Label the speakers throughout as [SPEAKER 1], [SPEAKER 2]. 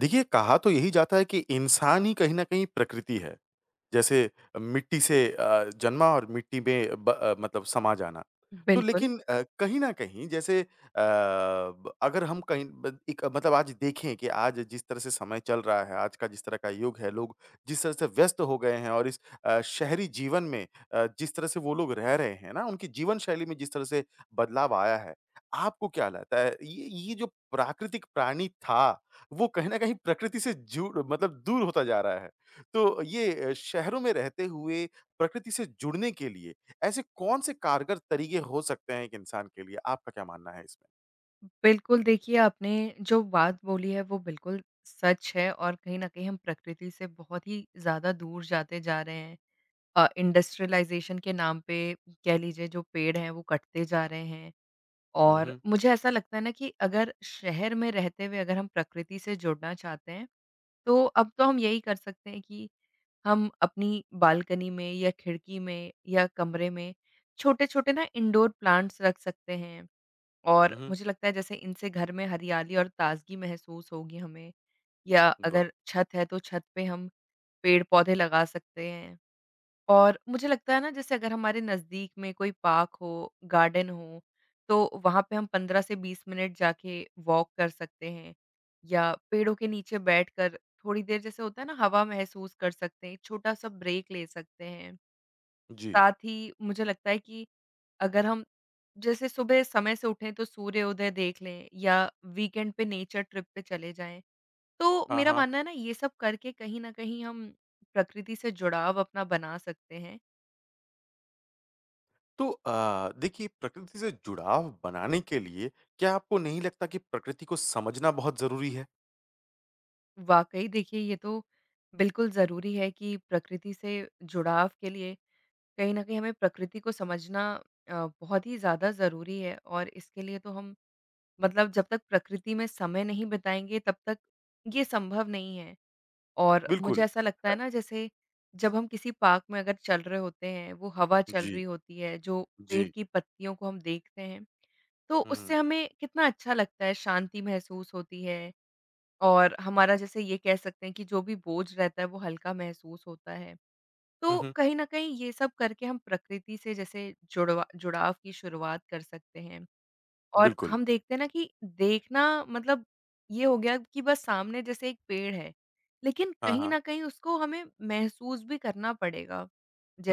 [SPEAKER 1] देखिए, कहा तो यही जाता है कि इंसान ही कहीं न कहीं प्रकृति है। जैसे मिट्टी से जन्मा और मिट्टी में मतलब समा जाना। तो
[SPEAKER 2] बिल्कुल,
[SPEAKER 1] लेकिन कहीं न कहीं जैसे ब अगर हम कहीं ब एक मतलब आज देखें कि आज जिस तरह से समय चल रहा है, आज का जिस तरह का युग है, लोग जिस तरह से व्यस्त हो गए हैं और इस शहरी जीवन में जिस तरह से वो लोग रह रहे हैं ना, उनकी जीवन शैली में जिस तरह से बदलाव आया है, आपको क्या लगता है ये जो प्राकृतिक प्राणी था, वो कहीं न कहीं प्रकृति से जुड़ मतलब दूर होता जा रहा है? तो ये शहरों में रहते हुए प्रकृति से जुड़ने के लिए ऐसे कौन-से कारगर तरीके हो सकते हैं एक इंसान के लिए? आपका क्या मानना है इसमें?
[SPEAKER 2] बिल्कुल, देखिए आपने जो बात बोली है वो बिल्कुल सच है और कहीं न कहीं हम प्रकृति से बहुत ही ज़्यादा दूर जाते जा रहे हैं। इंडस्ट्रियलाइज़ेशन के नाम पे कह लीजिए जो पेड़ हैं वो कटते जा रहे हैं। और
[SPEAKER 1] उहुँ,
[SPEAKER 2] मुझे ऐसा लगता है ना कि अगर शहर में रहते हुए अगर हम प्रकृति से जुड़ना चाहते हैं, तो अब तो हम यही कर सकते हैं कि हम अपनी बालकनी में या खिड़की में या कमरे में छोटे-छोटे ना इंडोर प्लांट्स रख सकते हैं। और
[SPEAKER 1] उहुँ,
[SPEAKER 2] मुझे लगता है जैसे इनसे घर में हरियाली और ताज़गी महसूस होगी हमें, या
[SPEAKER 1] वाह!
[SPEAKER 2] अगर छत है तो छत पे हम पेड़-पौधे लगा सकते हैं। और मुझे लगता है ना जैसे अगर हमारे नज़दीक में कोई पार्क हो, गार्डन हो, तो वहाँ पे हम 15 से 20 मिनट जाके वॉक कर सकते हैं या पेड़ों के नीचे बैठकर थोड़ी देर जैसे होता है ना हवा महसूस कर सकते हैं, एक छोटा-सा ब्रेक ले सकते हैं।
[SPEAKER 1] जी।
[SPEAKER 2] साथ ही मुझे लगता है कि अगर हम जैसे सुबह समय से उठें तो सूर्योदय देख लें या वीकेंड पे नेचर ट्रिप पे चले जाएँ। तो
[SPEAKER 1] हाँ,
[SPEAKER 2] मेरा
[SPEAKER 1] हाँ।
[SPEAKER 2] मानना है ना ये सब करके कहीं न कहीं हम प्रकृति से जुड़ाव अपना बना सकते हैं।
[SPEAKER 1] तो देखिए प्रकृति से जुड़ाव बनाने के लिए क्या आपको नहीं लगता कि प्रकृति को समझना बहुत ज़रूरी है?
[SPEAKER 2] वाक़ई देखिए, ये तो बिल्कुल ज़रूरी है कि प्रकृति से जुड़ाव के लिए कहीं न कहीं हमें प्रकृति को समझना बहुत ही ज़्यादा ज़रूरी है और इसके लिए तो हम मतलब जब तक प्रकृति में समय नहीं बिताएँगे तब तक ये संभव नहीं है। और मुझे
[SPEAKER 1] बिल्कुल।
[SPEAKER 2] ऐसा लगता है ना जैसे जब हम किसी पार्क में अगर चल रहे होते हैं, वो हवा चल
[SPEAKER 1] जी,
[SPEAKER 2] रही होती है, जो पेड़
[SPEAKER 1] जी।
[SPEAKER 2] की पत्तियों को हम देखते हैं, तो
[SPEAKER 1] हुँ,
[SPEAKER 2] उससे
[SPEAKER 1] हुँ,
[SPEAKER 2] हमें कितना अच्छा लगता है, शांति महसूस होती है और हमारा जैसे ये कह सकते हैं कि जो भी बोझ रहता है वो हल्का महसूस होता है।
[SPEAKER 1] हुँ,
[SPEAKER 2] तो
[SPEAKER 1] हुँ,
[SPEAKER 2] कहीं न कहीं ये सब करके हम प्रकृति से जैसे जुड़वा जुड़ाव की शुरुआत कर सकते हैं। और
[SPEAKER 1] बिल्कुल।
[SPEAKER 2] हम देखते हैं ना कि देखना मतलब ये हो गया कि बस सामने जैसे एक पेड़ है, लेकिन
[SPEAKER 1] हाँ,
[SPEAKER 2] कहीं
[SPEAKER 1] हाँ।
[SPEAKER 2] न कहीं उसको हमें महसूस भी करना पड़ेगा।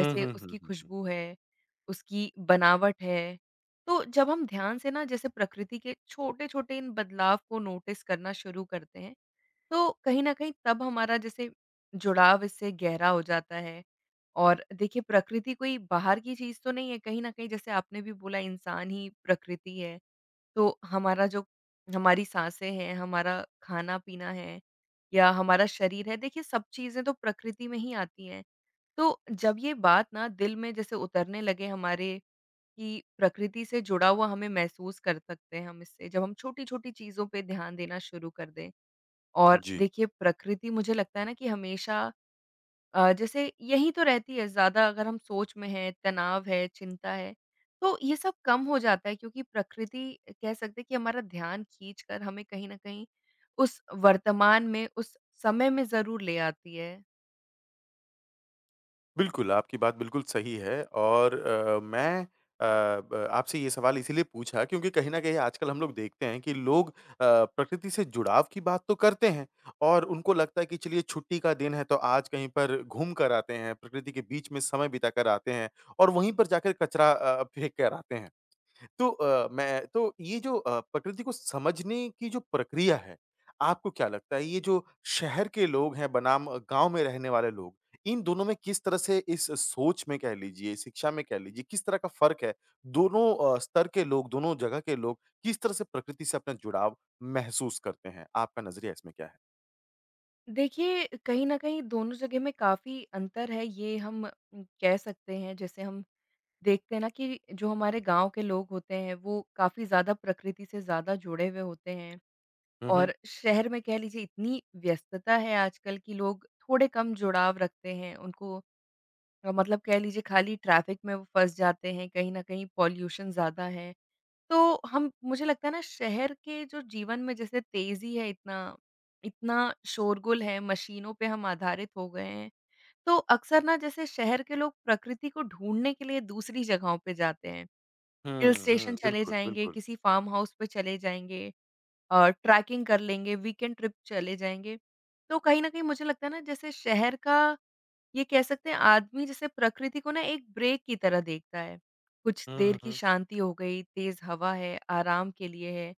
[SPEAKER 1] हुँ, हुँ, हुँ,
[SPEAKER 2] उसकी
[SPEAKER 1] हुँ, हुँ।
[SPEAKER 2] खुशबू है, उसकी बनावट है, तो जब हम ध्यान से ना जैसे प्रकृति के छोटे-छोटे इन बदलाव को नोटिस करना शुरू करते हैं, तो कहीं न कहीं तब हमारा जैसे जुड़ाव इससे गहरा हो जाता है। और देखिए प्रकृति कोई बाहर की चीज़ तो नहीं है, कहीं न कहीं जैसे आपने भी बोला इंसान ही प्रकृति है। तो हमारा जो हमारी साँसें हैं, हमारा खाना-पीना है या हमारा शरीर है, देखिए सब चीज़ें तो प्रकृति में ही आती हैं। तो जब ये बात ना दिल में जैसे उतरने लगे हमारे कि प्रकृति से जुड़ा हुआ हमें महसूस कर सकते हैं हम इससे, जब हम छोटी-छोटी चीज़ों पे ध्यान देना शुरू कर दें। और
[SPEAKER 1] जी।
[SPEAKER 2] देखिए प्रकृति मुझे लगता है ना कि हमेशा जैसे यही तो रहती है ज़्यादा, अगर हम सोच में हैं, तनाव है, चिंता है, तो ये सब कम हो जाता है क्योंकि प्रकृति कह सकते हैं कि हमारा ध्यान खींच कर हमें कहीं न कहीं उस वर्तमान में, उस समय में ज़रूर ले आती है।
[SPEAKER 1] बिल्कुल, आपकी बात बिल्कुल सही है और मैं ब आपसे ये सवाल इसीलिए पूछा क्योंकि कहीं न कहीं आजकल हम लोग देखते हैं कि लोग प्रकृति से जुड़ाव की बात तो करते हैं और उनको लगता है कि चलिए छुट्टी का दिन है तो आज कहीं पर घूम कर आते हैं, प्रकृति के बीच में समय बिता कर आते हैं और वहीं पर जाकर कचरा फेंक कर आते हैं। तो मैं तो ये जो प्रकृति को समझने की जो प्रक्रिया है, आपको क्या लगता है ये जो शहर के लोग हैं बनाम गाँव में रहने वाले लोग, इन दोनों में किस तरह से इस सोच में कह लीजिए, शिक्षा में कह लीजिए, किस तरह का फ़र्क है? दोनों स्तर के लोग, दोनों जगह के लोग किस तरह से प्रकृति से अपना जुड़ाव महसूस करते हैं? आपका नज़रिया इसमें क्या है?
[SPEAKER 2] देखिए, कहीं न कहीं दोनों जगह में काफ़ी अंतर है ये हम कह सकते हैं। जैसे हम देखते हैं ना कि जो हमारे गाँव के लोग होते हैं वो काफ़ी ज़्यादा प्रकृति से ज़्यादा जुड़े हुए होते हैं।
[SPEAKER 1] हुँ, हुँ।
[SPEAKER 2] और शहर में कह लीजिए इतनी व्यस्तता है आजकल कि लोग थोड़े कम जुड़ाव रखते हैं। उनको मतलब कह लीजिए खाली ट्रैफ़िक में वो फँस जाते हैं, कहीं न कहीं पॉल्यूशन ज़्यादा है। तो हम मुझे लगता है ना शहर के जो जीवन में जैसे तेज़ी है इतना, इतना शोरगुल है, मशीनों पे हम आधारित हो गए हैं। तो अक्सर ना जैसे शहर के लोग प्रकृति को ढूँढने के लिए दूसरी जगहों पे जाते हैं। हिल
[SPEAKER 1] हुँ, हुँ।
[SPEAKER 2] स्टेशन चले
[SPEAKER 1] बिल्कुल,
[SPEAKER 2] जाएँगे,
[SPEAKER 1] बिल्कुल।
[SPEAKER 2] किसी फार्म हाउस पे चले जाएँगे। ट्रैकिंग कर लेंगे, वीकेंड ट्रिप चले जाएँगे। तो कहीं न कहीं मुझे लगता है ना जैसे शहर का ये कह सकते हैं आदमी जैसे प्रकृति को ना एक ब्रेक की तरह देखता है। कुछ
[SPEAKER 1] हुँ,
[SPEAKER 2] देर
[SPEAKER 1] हुँ,
[SPEAKER 2] की
[SPEAKER 1] हुँ।
[SPEAKER 2] शांति हो गई, तेज़ हवा है, आराम के लिए है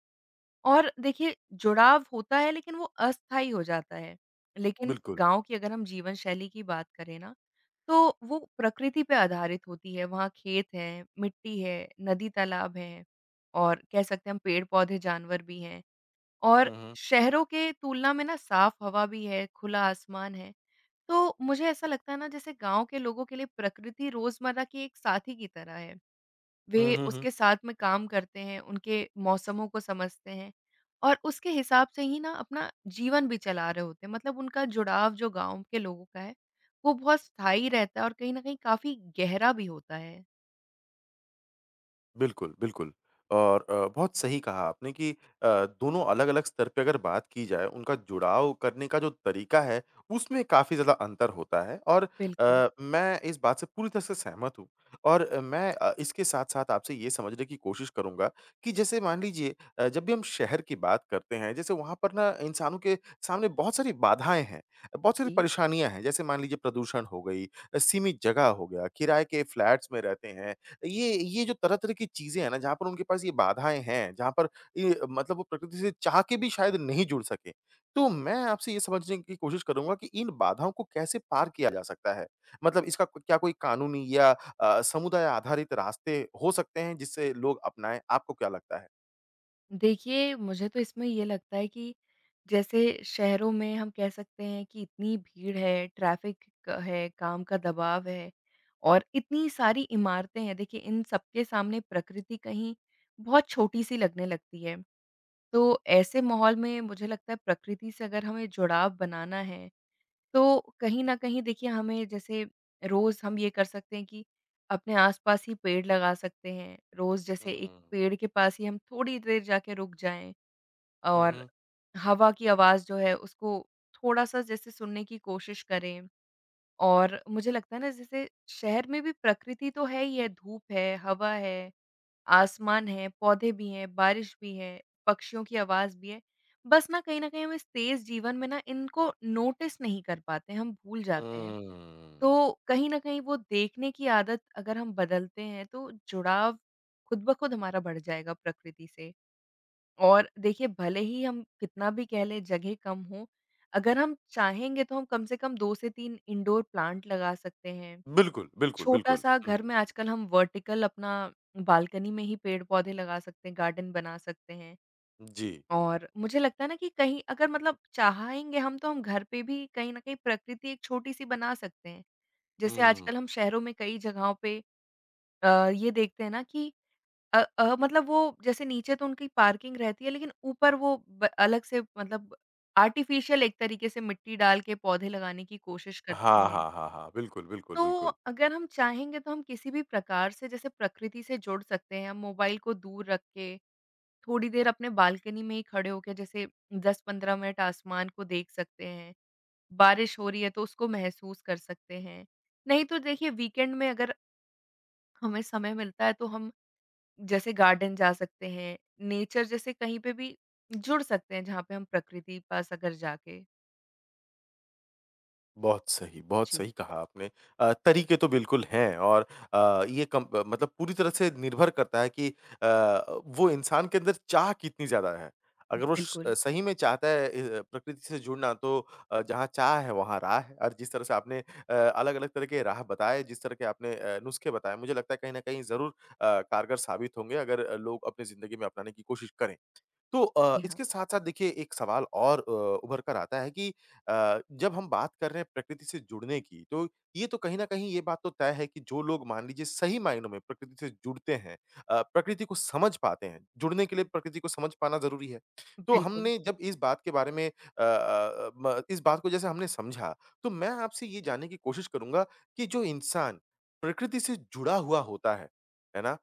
[SPEAKER 2] और देखिए जुड़ाव होता है लेकिन वो अस्थायी हो जाता है। लेकिन
[SPEAKER 1] बिल्कुल।
[SPEAKER 2] गाँव की अगर हम जीवन शैली की बात करें ना, तो वो प्रकृति पे आधारित होती है। वहाँ खेत हैं, मिट्टी है, नदी-तालाब हैं और कह सकते हैं हम पेड़-पौधे, जानवर भी हैं। और
[SPEAKER 1] हुँ, हुँ।
[SPEAKER 2] शहरों के तुलना में ना साफ हवा भी है, खुला आसमान है। तो मुझे ऐसा लगता है ना जैसे गाँव के लोगों के लिए प्रकृति रोज़मर्रा की एक साथी की तरह है।
[SPEAKER 1] हुँ,
[SPEAKER 2] वे
[SPEAKER 1] हुँ, हुँ।
[SPEAKER 2] उसके साथ में काम करते हैं, उनके मौसमों को समझते हैं और उसके हिसाब से ही ना अपना जीवन भी चला रहे होते हैं। मतलब उनका जुड़ाव जो गाँव के लोगों का है, वो बहुत स्थायी रहता है और कहीं न कहीं काफ़ी गहरा भी होता है।
[SPEAKER 1] बिल्कुल, बिल्कुल। और बहुत सही कहा आपने कि दोनों अलग-अलग स्तर पे अगर बात की जाए, उनका जुड़ाव करने का जो तरीका है, उसमें काफ़ी ज़्यादा अंतर होता है और
[SPEAKER 2] बिल्कुल,
[SPEAKER 1] मैं इस बात से पूरी तरह से सहमत हूँ। और मैं इसके साथ-साथ आपसे ये समझने की कोशिश करूँगा कि जैसे मान लीजिए जब भी हम शहर की बात करते हैं, जैसे वहाँ पर ना इंसानों के सामने बहुत सारी बाधाएँ हैं, बहुत सारी
[SPEAKER 2] जी।
[SPEAKER 1] परेशानियाँ हैं। जैसे मान लीजिए प्रदूषण हो गई, सीमित जगह हो गया, किराए के फ्लैट्स में रहते हैं ये जो तरह-तरह की चीज़ें हैं ना, जहाँ पर उनके पास ये बाधाएँ हैं, जहाँ पर ये मतलब वो प्रकृति से चाह के भी शायद नहीं जुड़ सके। तो मैं आपसे ये समझने की कोशिश करूँगा कि इन बाधाओं को कैसे पार किया जा सकता है? मतलब इसका क क्या कोई कानूनी या समुदाय आधारित रास्ते हो सकते हैं जिससे लोग अपनाएँ? आपको क्या लगता है?
[SPEAKER 2] देखिए, मुझे तो इसमें ये लगता है कि जैसे शहरों में हम कह सकते हैं कि इतनी भीड़ है, ट्रैफ़िक क है, काम का दबाव है और इतनी सारी इमारतें हैं। देखिए, इन सबके सामने प्रकृति कहीं बहुत छोटी-सी लगने लगती है। तो ऐसे माहौल में मुझे लगता है प्रकृति से अगर हमें जुड़ाव बनाना है, तो कहीं न कहीं देखिए हमें जैसे रोज़ हम ये कर सकते हैं कि अपने आस-पास ही पेड़ लगा सकते हैं। रोज़ जैसे एक
[SPEAKER 1] हुँ।
[SPEAKER 2] पेड़ के पास ही हम थोड़ी देर जाके रुक जाएँ और
[SPEAKER 1] उहुँ,
[SPEAKER 2] हवा की आवाज़ जो है उसको थोड़ा-सा जैसे सुनने की कोशिश करें। और मुझे लगता है ना जैसे शहर में भी प्रकृति तो है ही है, धूप है, हवा है, आसमान है, पौधे भी हैं, बारिश भी है, पक्षियों की आवाज़ भी है। बस ना कहीं न कहीं हम इस तेज़ जीवन में ना इनको नोटिस नहीं कर पाते, हम भूल जाते हैं।
[SPEAKER 1] हुँ।
[SPEAKER 2] तो कहीं न कहीं वो देखने की आदत अगर हम बदलते हैं तो जुड़ाव खुद ब खुद हमारा बढ़ जाएगा प्रकृति से। और देखिए भले ही हम कितना भी कह लें जगह कम हो, अगर हम चाहेंगे तो हम कम से कम 2 से 3 इंडोर प्लांट लगा सकते हैं।
[SPEAKER 1] बिल्कुल, बिल्कुल, बिल्कुल।
[SPEAKER 2] छोटा-सा
[SPEAKER 1] हुँ,
[SPEAKER 2] घर में आजकल हम वर्टिकल अपना बालकनी में ही पेड़-पौधे लगा सकते हैं, गार्डन बना सकते हैं।
[SPEAKER 1] जी।
[SPEAKER 2] और मुझे लगता है ना कि कहीं अगर मतलब चाहेंगे हम तो हम घर पे भी कहीं न कहीं प्रकृति एक छोटी-सी बना सकते हैं। जैसे
[SPEAKER 1] हुँ।
[SPEAKER 2] आजकल हम शहरों में कई जगहों पे ये देखते हैं ना कि मतलब वो जैसे नीचे तो उनकी पार्किंग रहती है, लेकिन ऊपर वो ब अलग से मतलब आर्टिफ़िशियल एक तरीके से मिट्टी डाल के पौधे लगाने की कोशिश करते
[SPEAKER 1] हाँ,
[SPEAKER 2] हैं।
[SPEAKER 1] हाँ, हाँ, हाँ। बिल्कुल, बिल्कुल,
[SPEAKER 2] तो
[SPEAKER 1] बिल्कुल।
[SPEAKER 2] अगर हम चाहेंगे तो हम किसी भी प्रकार से जैसे प्रकृति से जुड़ सकते हैं, हम मोबाइल को दूर रख के, थोड़ी देर अपने बालकनी में ही खड़े होके जैसे 10-15 मिनट आसमान को देख सकते हैं, बारिश हो रही है तो उसको महसूस कर सकते हैं। नहीं तो देखिए वीकेंड में अगर हमें समय मिलता है तो हम जैसे गार्डन जा सकते हैं, नेचर जैसे कहीं पे भी जुड़ सकते हैं जहाँ पे हम प्रकृति पास अगर जाके।
[SPEAKER 1] बहुत
[SPEAKER 2] जी,
[SPEAKER 1] सही कहा आपने। तरीके तो बिल्कुल हैं और ये कम मतलब पूरी तरह से निर्भर करता है कि वो इंसान के अंदर चाह कितनी ज़्यादा है। अगर वो स
[SPEAKER 2] बिल्कुल।
[SPEAKER 1] सही में चाहता है प्रकृति से जुड़ना तो जहाँ चाह है वहाँ राह है और जिस तरह से आपने अलग-अलग तरह के राह बताए, जिस तरह के आपने नुस्खे बताए, मुझे लगता है कहीं न कहीं ज़रूर कारगर साबित होंगे अगर लोग अपनी ज़िंदगी में अपनाने की कोशिश करें। तो
[SPEAKER 2] जी हाँ।
[SPEAKER 1] इसके साथ-साथ देखिए एक सवाल और उभर कर आता है कि जब हम बात कर रहे हैं प्रकृति से जुड़ने की, तो ये तो कहीं न कहीं ये बात तो तय है कि जो लोग मान लीजिए सही मायनों में प्रकृति से जुड़ते हैं प्रकृति को समझ पाते हैं, जुड़ने के लिए प्रकृति को समझ पाना ज़रूरी है। तो
[SPEAKER 2] बिल्कुल।
[SPEAKER 1] हमने जब इस बात के बारे में म इस बात को जैसे हमने समझा, तो मैं आपसे ये जानने की कोशिश करूँगा कि जो इंसान प्रकृति से जुड़ा हुआ होता है ना?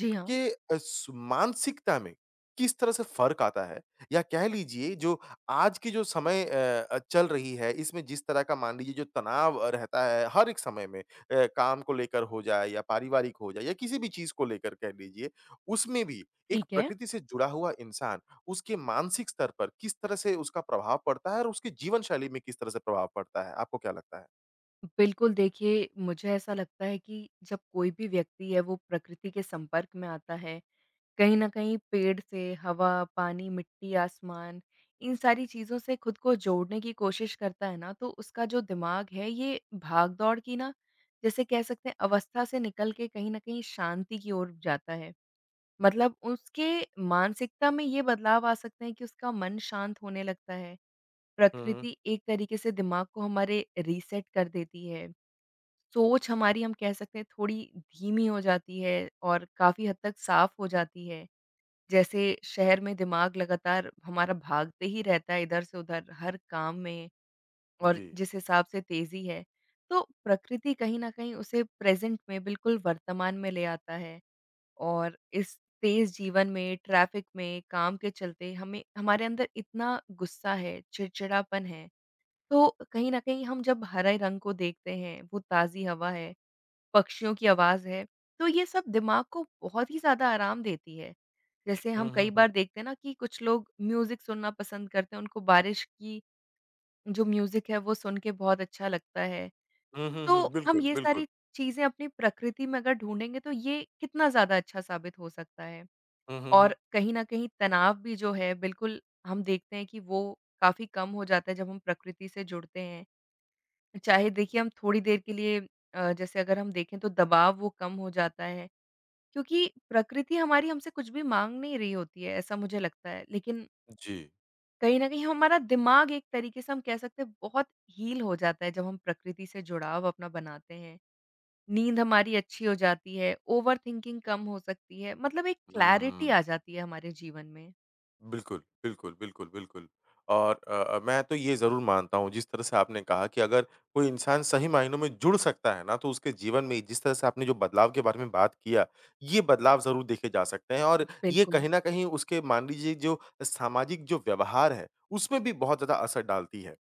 [SPEAKER 2] जी हाँ,
[SPEAKER 1] स मानसिकता में किस तरह से फ़र्क आता है? या कह लीजिए जो आज की जो समय चल रही है, इसमें जिस तरह का मान लीजिए जो तनाव रहता है हर एक समय में काम को लेकर हो जाए या पारिवारिक हो जाए या किसी भी चीज़ को लेकर कह लीजिए, उसमें भी एक
[SPEAKER 2] ठीक है।
[SPEAKER 1] प्रकृति से जुड़ा हुआ इंसान उसके मानसिक स्तर पर किस तरह से उसका प्रभाव पड़ता है और उसकी जीवन शैली में किस तरह से प्रभाव पड़ता है? आपको क्या लगता है?
[SPEAKER 2] बिल्कुल देखिए, मुझे ऐसा लगता है कि जब कोई भी व्यक्ति है वो प्रकृति के संपर्क में आता है, कहीं न कहीं पेड़ से हवा, पानी, मिट्टी, आसमान इन सारी चीज़ों से खुद को जोड़ने की कोशिश करता है ना, तो उसका जो दिमाग है ये भाग-दौड़ की ना जैसे कह सकते हैं अवस्था से निकल के कहीं न कहीं शांति की ओर जाता है। मतलब उसके मानसिकता में ये बदलाव आ सकते हैं कि उसका मन शांत होने लगता है।
[SPEAKER 1] हुँ, हुँ।
[SPEAKER 2] प्रकृति एक तरीके से दिमाग को हमारे रीसेट कर देती है। सोच हमारी हम कह सकते हैं थोड़ी धीमी हो जाती है और काफ़ी हद तक साफ हो जाती है। जैसे शहर में दिमाग लगातार हमारा भागते ही रहता है इधर से उधर हर काम में और
[SPEAKER 1] जी।
[SPEAKER 2] जिस हिसाब से तेजी है, तो प्रकृति कहीं न कहीं उसे प्रेज़ेंट में बिल्कुल वर्तमान में ले आता है और इस तेज़ जीवन में, ट्रैफ़िक में, काम के चलते हमें हमारे अंदर इतना गुस्सा है, चिड़चिड़ापन है, तो कहीं न कहीं हम जब हरे रंग को देखते हैं, वो ताज़ी हवा है, पक्षियों की आवाज़ है, तो ये सब दिमाग को बहुत ही ज़्यादा आराम देती है। जैसे
[SPEAKER 1] हुँ,
[SPEAKER 2] हम
[SPEAKER 1] हुँ,
[SPEAKER 2] कई
[SPEAKER 1] हुँ।
[SPEAKER 2] बार देखते हैं ना कि कुछ लोग म्यूज़िक सुनना पसंद करते हैं, उनको बारिश की जो म्यूज़िक है वो सुन के बहुत अच्छा लगता है।
[SPEAKER 1] हुँ, हुँ, हुँ।
[SPEAKER 2] तो हम
[SPEAKER 1] बिल्कुल,
[SPEAKER 2] ये
[SPEAKER 1] बिल्कुल।
[SPEAKER 2] सारी चीज़ें अपनी प्रकृति में अगर ढूँढेंगे तो ये कितना ज़्यादा अच्छा साबित हो सकता है।
[SPEAKER 1] हुँ, हुँ, हुँ।
[SPEAKER 2] और कहीं न कहीं तनाव भी जो है बिल्कुल हम देखते हैं कि वो काफ़ी कम हो जाता है जब हम प्रकृति से जुड़ते हैं। चाहे देखिए हम थोड़ी देर के लिए जैसे अगर हम देखें तो दबाव वो कम हो जाता है। क्योंकि प्रकृति हमारी हमसे कुछ भी माँग नहीं रही होती है, ऐसा मुझे लगता है। लेकिन
[SPEAKER 1] जी।
[SPEAKER 2] कहीं न कहीं हमारा दिमाग एक तरीके से हम कह सकते हैं बहुत हील हो जाता है, जब हम प्रकृति से जुड़ाव अपना बनाते हैं। नींद हमारी अच्छी हो जाती है, ओवरथिंकिंग कम हो सकती है, मतलब एक क्लैरिटी
[SPEAKER 1] हुँ।
[SPEAKER 2] आ जाती है हमारे जीवन में।
[SPEAKER 1] बिल्कुल, बिल्कुल, बिल्कुल, बिल्कुल। और मैं तो ये ज़रूर मानता हूँ, जिस तरह से आपने कहा कि अगर कोई इंसान सही मायनों में जुड़ सकता है ना, तो उसके जीवन में जिस तरह से आपने जो बदलाव के बारे में बात किया, ये बदलाव ज़रूर देखे जा सकते हैं और ये
[SPEAKER 2] बिल्कुल,
[SPEAKER 1] कहीं न कहीं उसके मान लीजिए जो सामाजिक जो व्यवहार है, उसमें भी बहुत ज़्यादा असर डालती है।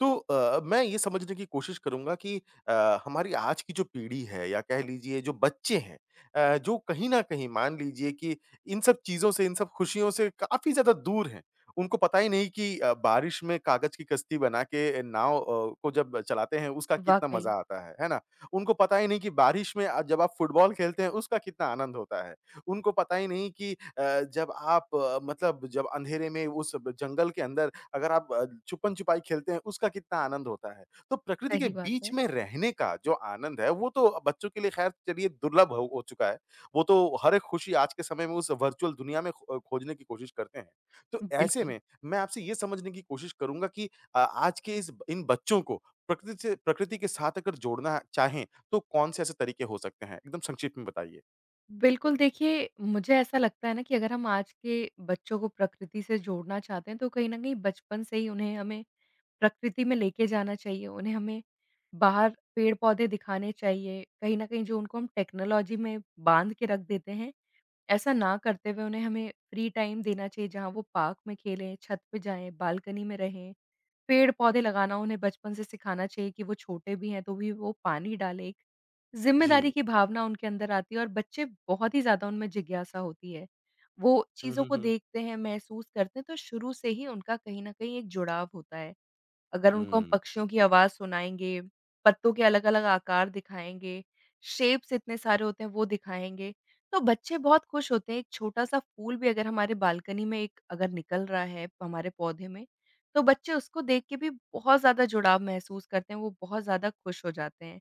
[SPEAKER 1] तो मैं ये समझने की कोशिश करूँगा कि हमारी आज की जो पीढ़ी है या कह लीजिए जो बच्चे हैं जो कहीं न कहीं मान लीजिए कि इन सब चीज़ों से, इन सब खुशियों से काफ़ी ज़्यादा दूर हैं। उनको पता ही नहीं कि बारिश में कागज़ की कश्ती बना के नाव को जब चलाते हैं उसका कितना
[SPEAKER 2] वाक़ई
[SPEAKER 1] मज़ा आता है ना? उनको पता ही नहीं कि बारिश में जब आप फुटबॉल खेलते हैं उसका कितना आनंद होता है। उनको पता ही नहीं कि जब आप मतलब जब अंधेरे में उस ब जंगल के अंदर अगर आप छुपन-छुपाई खेलते हैं उसका कितना आनंद होता है। तो प्रकृति के
[SPEAKER 2] सही बात
[SPEAKER 1] बीच
[SPEAKER 2] है।
[SPEAKER 1] में रहने का जो आनंद है वो तो बच्चों के लिए ख़ैर चलिए दुर्लभ हो चुका है। वो तो हर एक खुशी आज के समय में उस वर्चुअल दुनिया में खो खोजने की कोशिश करते हैं। तो ऐसे
[SPEAKER 2] बिल्कुल,
[SPEAKER 1] में मैं आपसे ये समझने की कोशिश करूँगा कि आज के इस इन बच्चों को प्रकृति से प्रकृति के साथ अगर जोड़ना चाहें, तो कौन से ऐसे तरीके हो सकते हैं? एकदम संक्षिप्त में बताइए।
[SPEAKER 2] बिल्कुल, देखिए मुझे ऐसा लगता है ना कि अगर हम आज के बच्चों को प्रकृति से जोड़ना चाहते हैं, तो कहीं न कहीं बचपन से ही उन्हें हमें प्रकृति में लेके जाना चाहिए, उन्हें हमें बाहर पेड़-पौधे दिखाने चाहिए। कहीं न कहीं जो उनको हम टेक्नोलॉजी में बाँध के रख देते हैं, ऐसा ना करते हुए उन्हें हमें फ्री टाइम देना चाहिए जहाँ वो पार्क में खेलें, छत पे जाएँ, बालकनी में रहें। पेड़-पौधे लगाना उन्हें बचपन से सिखाना चाहिए कि वो छोटे भी हैं तो भी वो पानी डालें। एक ज़िम्मेदारी
[SPEAKER 1] जी।
[SPEAKER 2] की भावना उनके अंदर आती है और बच्चे बहुत ही ज़्यादा उनमें जिज्ञासा होती है। वो
[SPEAKER 1] हुँ,
[SPEAKER 2] चीज़ों
[SPEAKER 1] हुँ,
[SPEAKER 2] को
[SPEAKER 1] हुँ।
[SPEAKER 2] देखते हैं, महसूस करते हैं तो शुरू से ही उनका कहीं न कहीं एक जुड़ाव होता है। अगर उनको हम
[SPEAKER 1] हुँ,
[SPEAKER 2] पक्षियों की आवाज़ सुनाएँगे, पत्तों के अलग-अलग आकार दिखाएँगे, शेप्स इतने सारे होते हैं वो दिखाएँगे, तो बच्चे बहुत खुश होते हैं। एक छोटा-सा फूल भी अगर हमारे बालकनी में एक अगर निकल रहा है हमारे पौधे में, तो बच्चे उसको देख के भी बहुत ज़्यादा जुड़ाव महसूस करते हैं, वो बहुत ज़्यादा खुश हो जाते हैं।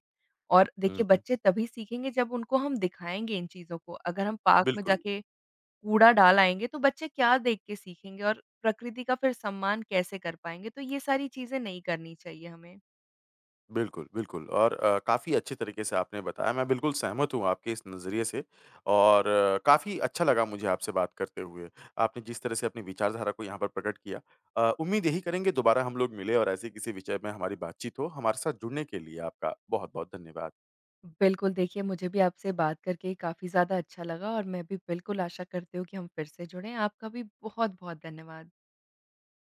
[SPEAKER 2] और
[SPEAKER 1] हुँ,
[SPEAKER 2] देखिए
[SPEAKER 1] हुँ।
[SPEAKER 2] बच्चे तभी सीखेंगे जब उनको हम दिखाएँगे इन चीज़ों को। अगर हम पार्क में
[SPEAKER 1] बिल्कुल।
[SPEAKER 2] जाके कूड़ा डाल आएँगे, तो बच्चे क्या देख के सीखेंगे और प्रकृति का फिर सम्मान कैसे कर पाएँगे? तो ये सारी चीज़ें नहीं करनी चाहिए हमें।
[SPEAKER 1] बिल्कुल, बिल्कुल और काफ़ी अच्छे तरीके से आपने बताया, मैं बिल्कुल सहमत हूँ आपके इस नज़रिए से और काफ़ी अच्छा लगा मुझे आपसे बात करते हुए। आपने जिस तरह से अपनी विचारधारा को यहाँ पर प्रकट किया उम्मीद यही करेंगे दोबारा हम लोग मिलें और ऐसे किसी विषय में हमारी बातचीत हो। हमारे साथ जुड़ने के लिए आपका बहुत-बहुत धन्यवाद।
[SPEAKER 2] बिल्कुल, देखिए मुझे भी आपसे बात करके काफ़ी ज़्यादा अच्छा लगा और मैं भी बिल्कुल आशा करती हूँ कि हम फिर से जुड़ें। आपका भी बहुत-बहुत धन्यवाद।